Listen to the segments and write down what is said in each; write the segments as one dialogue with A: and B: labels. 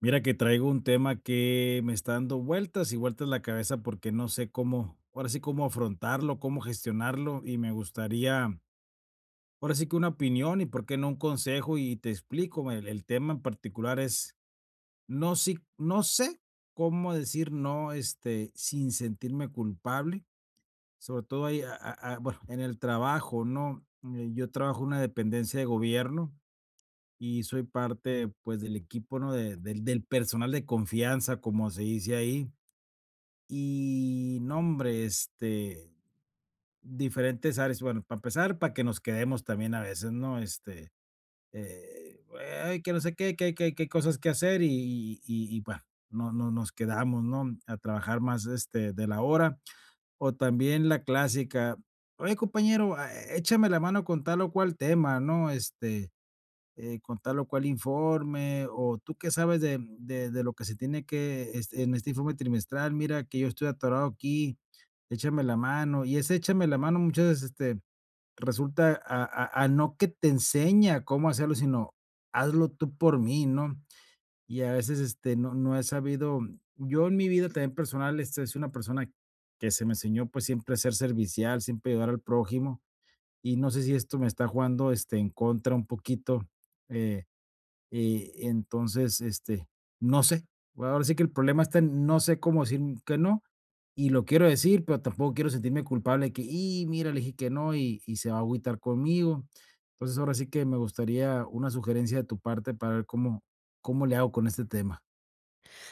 A: Mira que traigo un tema que me está dando vueltas y vueltas la cabeza porque no sé cómo, ahora sí cómo afrontarlo, cómo gestionarlo y me gustaría, ahora sí que una opinión y por qué no un consejo y te explico, el tema en particular es, no, sí, no sé cómo decir no sin sentirme culpable, sobre todo ahí, bueno, en el trabajo, ¿no? Yo trabajo en una dependencia de gobierno y soy parte, pues, del equipo, ¿no? De del personal de confianza, como se dice ahí. Y nombre diferentes áreas. Bueno, para empezar, para que nos quedemos también a veces, ¿no? Eh, ay, que no sé qué, que hay que hay cosas que hacer y bueno, no nos quedamos, ¿no? A trabajar más, de la hora. O también la clásica: "Oye, compañero, échame la mano con tal o cual tema", ¿no? Con tal o cual informe, o tú qué sabes de lo que se tiene que, en este informe trimestral, mira que yo estoy atorado aquí, échame la mano, y ese échame la mano muchas veces resulta a no que te enseña cómo hacerlo, sino hazlo tú por mí, ¿no? Y a veces no, no he sabido, yo en mi vida también personal, soy una persona que se me enseñó pues siempre a ser servicial, siempre ayudar al prójimo, y no sé si esto me está jugando en contra un poquito, eh, entonces, no sé. Ahora sí que el problema está en no sé cómo decir que no, y lo quiero decir, pero tampoco quiero sentirme culpable de que, y mira, le dije que no y se va a agüitar conmigo. Entonces, ahora sí que me gustaría una sugerencia de tu parte para ver cómo, cómo le hago con este tema.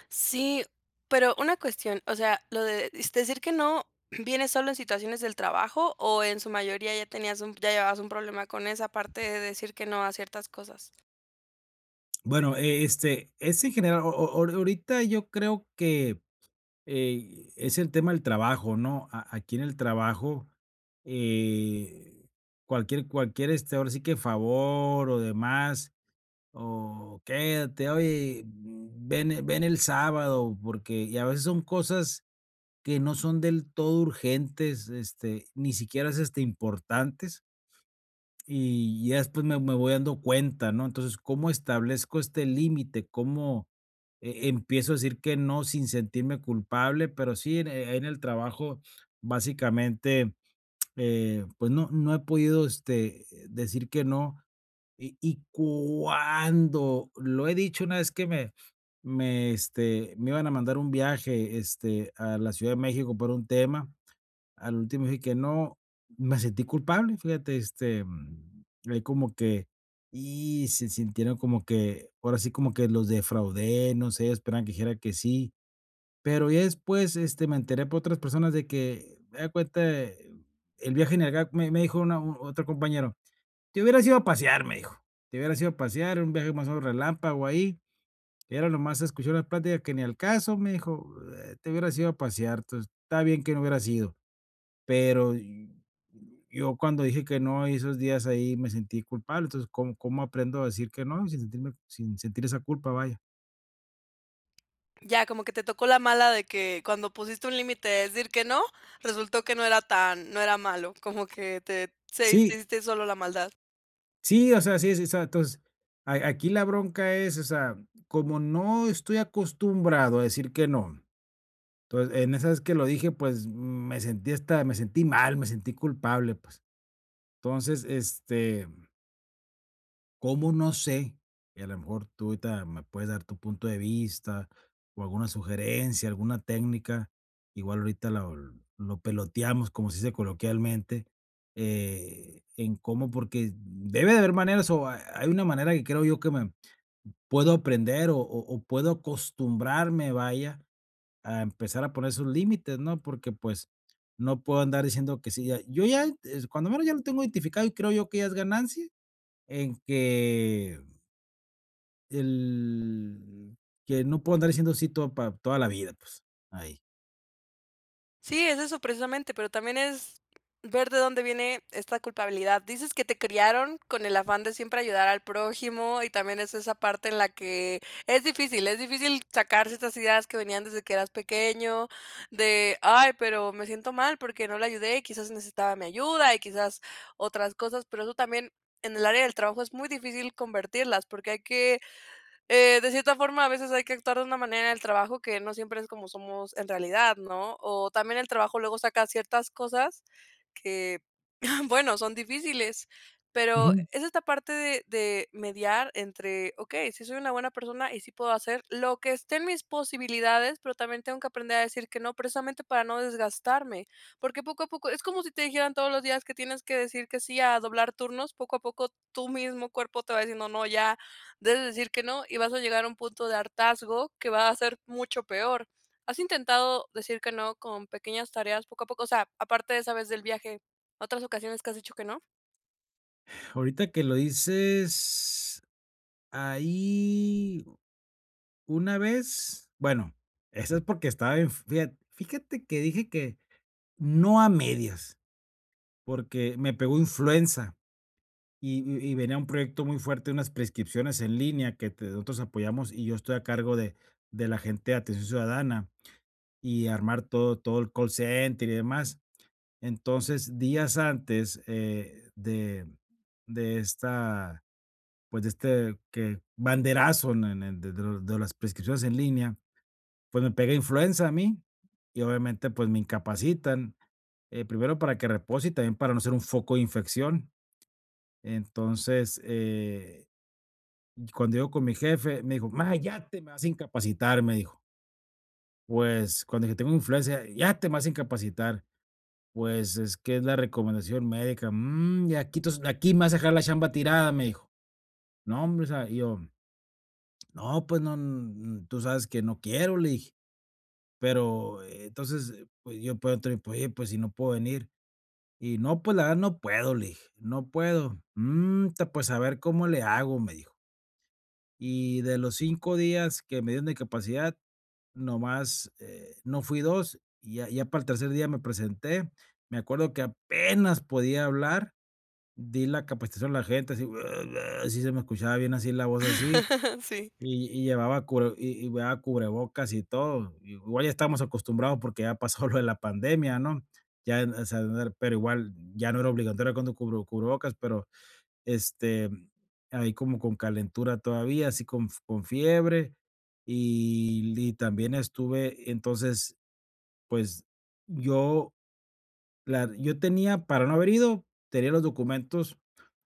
B: Sí, pero una cuestión, o sea, lo de es decir que no, ¿viene solo en situaciones del trabajo o en su mayoría ya tenías un llevabas un problema con esa parte de decir que no a ciertas cosas?
A: Bueno, es en general, ahorita yo creo que es el tema del trabajo, ¿no? A aquí en el trabajo, eh, cualquier, ahora sí que favor o demás, o quédate, oye, ven ven el sábado, porque y a veces son cosas que no son del todo urgentes, ni siquiera es, importantes. Y ya después me voy dando cuenta, ¿no? Entonces, ¿cómo establezco este límite? ¿Cómo, empiezo a decir que no sin sentirme culpable? Pero sí, en el trabajo, básicamente, pues no he podido, decir que no. Y cuando lo he dicho una vez que me iban a mandar un viaje, a la Ciudad de México por un tema, al último dije que no, me sentí culpable, fíjate, ahí como que, y se sintieron como que, ahora sí como que los defraudé, no sé, esperaban que dijera que sí, pero ya después, me enteré por otras personas de que, me da cuenta, el viaje en el GAC, me dijo otro compañero, te hubieras ido a pasear, me dijo, te hubieras ido a pasear, un viaje más o menos relámpago ahí, era lo más, escuchó las pláticas que ni al caso, me dijo, te hubieras ido a pasear, entonces, está bien que no hubieras ido pero yo cuando dije que no, esos días ahí me sentí culpable, entonces, ¿cómo cómo aprendo a decir que no sin sentirme sin sentir esa culpa, vaya?
B: Ya, como que te tocó la mala de que cuando pusiste un límite de decir que no, resultó que no era malo, como que te se
A: Sí,
B: te hiciste solo la maldad.
A: sí, o sea, sí, sí, o sea, entonces, a aquí la bronca es, o sea, como no estoy acostumbrado a decir que no, entonces, en esas que lo dije, pues, me sentí hasta me sentí mal, me sentí culpable, pues. Entonces, ¿Cómo? No sé, y a lo mejor tú ahorita me puedes dar tu punto de vista o alguna sugerencia, alguna técnica. Igual ahorita lo peloteamos, como se dice coloquialmente, en cómo, porque debe de haber maneras, o ha hay una manera que creo yo que me puedo aprender o puedo acostumbrarme, vaya, a empezar a poner esos límites, ¿no? Porque, pues, no puedo andar diciendo que sí. Ya yo ya, cuando menos ya lo tengo identificado y creo yo que ya es ganancia en que el que no puedo andar diciendo sí todo para toda la vida, pues, ahí.
B: Sí, es eso precisamente, pero también es ver de dónde viene esta culpabilidad. Dices que te criaron con el afán de siempre ayudar al prójimo y también es esa parte en la que es difícil sacarse estas ideas que venían desde que eras pequeño, de, ay, pero me siento mal porque no le ayudé, y quizás necesitaba mi ayuda y quizás otras cosas, pero eso también en el área del trabajo es muy difícil convertirlas porque hay que de cierta forma, a veces hay que actuar de una manera en el trabajo que no siempre es como somos en realidad, ¿no? O también el trabajo luego saca ciertas cosas que, bueno, son difíciles, pero
A: Ujú.
B: es esta parte de mediar entre, ok, sí soy una buena persona y sí puedo hacer lo que esté en mis posibilidades, pero también tengo que aprender a decir que no, precisamente para no desgastarme, porque poco a poco, es como si te dijeran todos los días que tienes que decir que sí a doblar turnos, poco a poco tu mismo cuerpo te va diciendo, no, ya debes decir que no y vas a llegar a un punto de hartazgo que va a ser mucho peor. ¿Has intentado decir que no con pequeñas tareas poco a poco? O sea, aparte de esa vez del viaje, ¿otras ocasiones que has dicho que no?
A: Ahorita que lo dices, ahí una vez, bueno, eso es porque estaba en fíjate que dije que no a medias, porque me pegó influenza y venía un proyecto muy fuerte, unas prescripciones en línea que te nosotros apoyamos y yo estoy a cargo de la gente de atención ciudadana y armar todo el call center y demás. Entonces, días antes, de esta, pues, de este que banderazo en de lo de las prescripciones en línea, pues, me pega influenza a mí y obviamente, pues, me incapacitan, primero para que repose y también para no ser un foco de infección. Entonces, y cuando yo con mi jefe, me dijo: "Ma, ya te me vas a incapacitar", me dijo. Pues, cuando dije: "Tengo influenza", "Ya te me vas a incapacitar". Pues, es que es la recomendación médica. Y aquí tos aquí me vas a dejar la chamba tirada", me dijo. "No, hombre", o sea, y yo: "No, pues no, tú sabes que no quiero", le dije. Pero, entonces, pues, yo por pues oye, pues, si no puedo venir. Y no, pues, la verdad no puedo, le dije, no puedo. Ta, pues, a ver cómo le hago", me dijo. Y de los 5 días que me dieron de capacidad, nomás, no fui 2 y ya para el tercer día me presenté. Me acuerdo que apenas podía hablar. Di la capacitación a la gente, así sí se me escuchaba bien así la voz así,
B: Sí.
A: y llevaba cubre y llevaba cubrebocas y todo. Igual ya estamos acostumbrados porque ya pasó lo de la pandemia, ¿no? Ya, o sea, no era- pero igual ya no era obligatorio con tu cubrebocas, pero, este, ahí como con calentura todavía, así con f con fiebre, y también estuve entonces, pues, yo la yo tenía para no haber ido, tenía los documentos.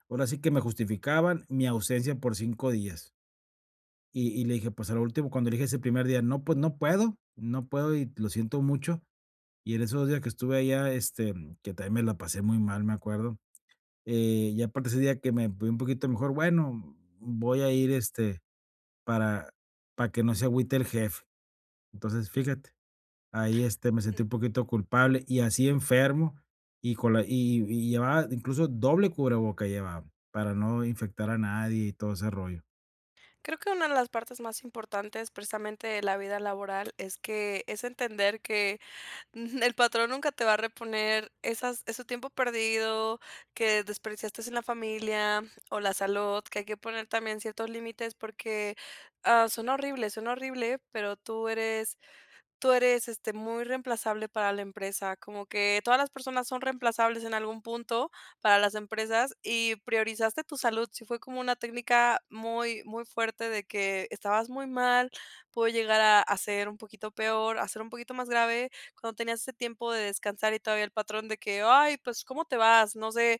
A: Ahora sí que me justificaban mi ausencia por 5 días. Y le dije, pues, a lo último, cuando le dije ese primer día: "No, pues, no puedo, no puedo y lo siento mucho". Y en esos dos días que estuve allá, que también me la pasé muy mal, me acuerdo, ya aparte ese día que me fui un poquito mejor, bueno, voy a ir, para para que no se agüite el jefe. Entonces, fíjate. Ahí, me
B: Mm,
A: sentí un poquito culpable y así enfermo y con la y llevaba incluso doble cubreboca llevaba para no infectar a nadie y todo ese rollo.
B: creo que una de las partes más importantes precisamente de la vida laboral es que es entender que el patrón nunca te va a reponer esas ese tiempo perdido que desperdiciaste en la familia o la salud, que hay que poner también ciertos límites porque, ah, suena horrible, pero tú eres, este, muy reemplazable para la empresa, como que todas las personas son reemplazables en algún punto para las empresas y priorizaste tu salud. Sí fue como una técnica muy, muy fuerte de que estabas muy mal, pudo llegar a ser un poquito peor, a ser un poquito más grave, cuando tenías ese tiempo de descansar y todavía el patrón de que, ay, pues, ¿cómo te vas? No sé,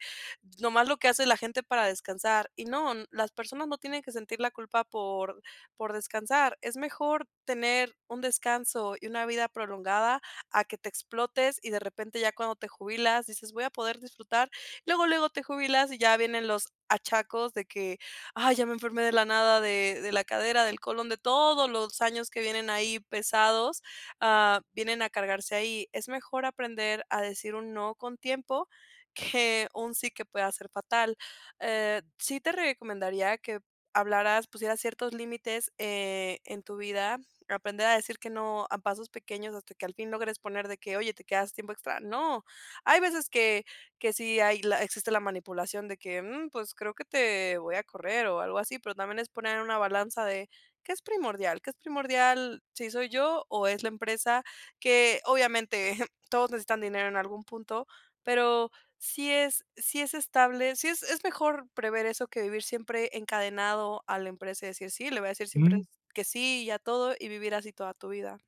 B: nomás lo que hace la gente para descansar. Y no, las personas no tienen que sentir la culpa por descansar. Es mejor tener un descanso y una vida prolongada a que te explotes y de repente ya cuando te jubilas dices voy a poder disfrutar, luego, luego te jubilas y ya vienen los achacos de que, ay, ya me enfermé de la nada, de la cadera, del colon, de todos los años que vienen ahí pesados, ah, vienen a cargarse ahí. Es mejor aprender a decir un no con tiempo que un sí que pueda ser fatal. Sí te recomendaría que hablaras, pusieras ciertos límites, en tu vida, aprender a decir que no a pasos pequeños hasta que al fin logres poner de que: "Oye, te quedas tiempo extra". No, hay veces que sí hay la existe la manipulación de que: "Mm, pues creo que te voy a correr", o algo así, pero también es poner en una balanza de ¿qué es primordial? ¿Qué es primordial? ¿Si soy yo o es la empresa? Que obviamente todos necesitan dinero en algún punto, pero sí es estable, sí es mejor prever eso que vivir siempre encadenado a la empresa y decir: "Sí, le voy a decir siempre
A: Mm.
B: que sí y a todo", y vivir así toda tu vida.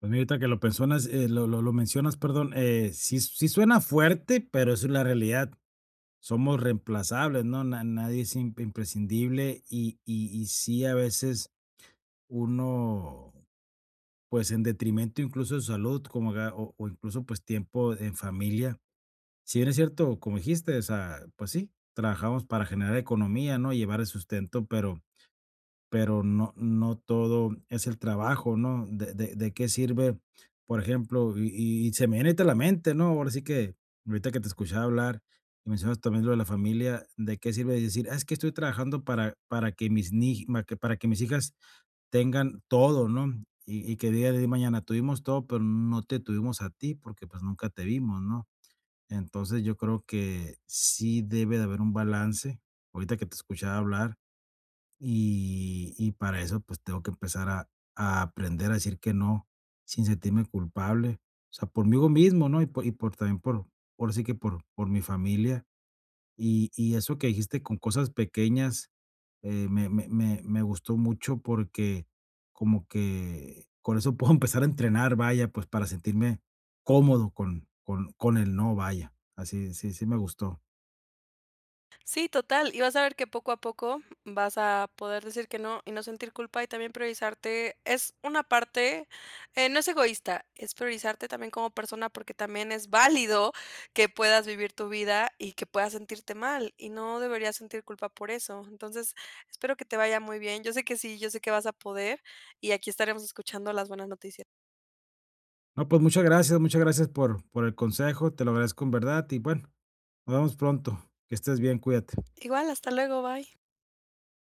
A: Pues mira, ahorita que lo pensonas lo mencionas, perdón, sí sí suena fuerte, pero esa es la realidad. Somos reemplazables, ¿no? Na Nadie es im imprescindible y sí, a veces uno, pues, en detrimento incluso de su salud, como ga o incluso, pues, tiempo en familia. Si bien es cierto, como dijiste, o sea, pues sí, trabajamos para generar economía, ¿no? Llevar el sustento, pero no, no todo es el trabajo, ¿no? ¿De, de qué sirve, por ejemplo? Se me viene ahorita a la mente, ¿no? Ahora sí que, ahorita que te escuchaba hablar y mencionas también lo de la familia, ¿de qué sirve decir, "Ah, es que estoy trabajando para, mis ni ma- que- para que mis hijas tengan todo, ¿no? Y que día de mañana tuvimos todo, pero no te tuvimos a ti porque pues nunca te vimos, ¿no? Entonces, yo creo que sí debe de haber un balance, ahorita que te escuchaba hablar, y para eso, pues, tengo que empezar a aprender a decir que no, sin sentirme culpable, o sea, por mí mismo, ¿no? Y por también por sí que por mi familia. Y eso que dijiste con cosas pequeñas, me gustó mucho porque como que con eso puedo empezar a entrenar, vaya, pues, para sentirme cómodo con el no, vaya. Así, sí, sí me gustó.
B: Sí, total. Y vas a ver que poco a poco vas a poder decir que no y no sentir culpa y también priorizarte. Es una parte, no es egoísta, es priorizarte también como persona porque también es válido que puedas vivir tu vida y que puedas sentirte mal y no deberías sentir culpa por eso. Entonces, espero que te vaya muy bien. Yo sé que sí, yo sé que vas a poder y aquí estaremos escuchando las buenas noticias.
A: No, pues, muchas gracias por el consejo, te lo agradezco en verdad y, bueno, nos vemos pronto. Que estés bien, cuídate.
B: Igual, hasta luego, bye.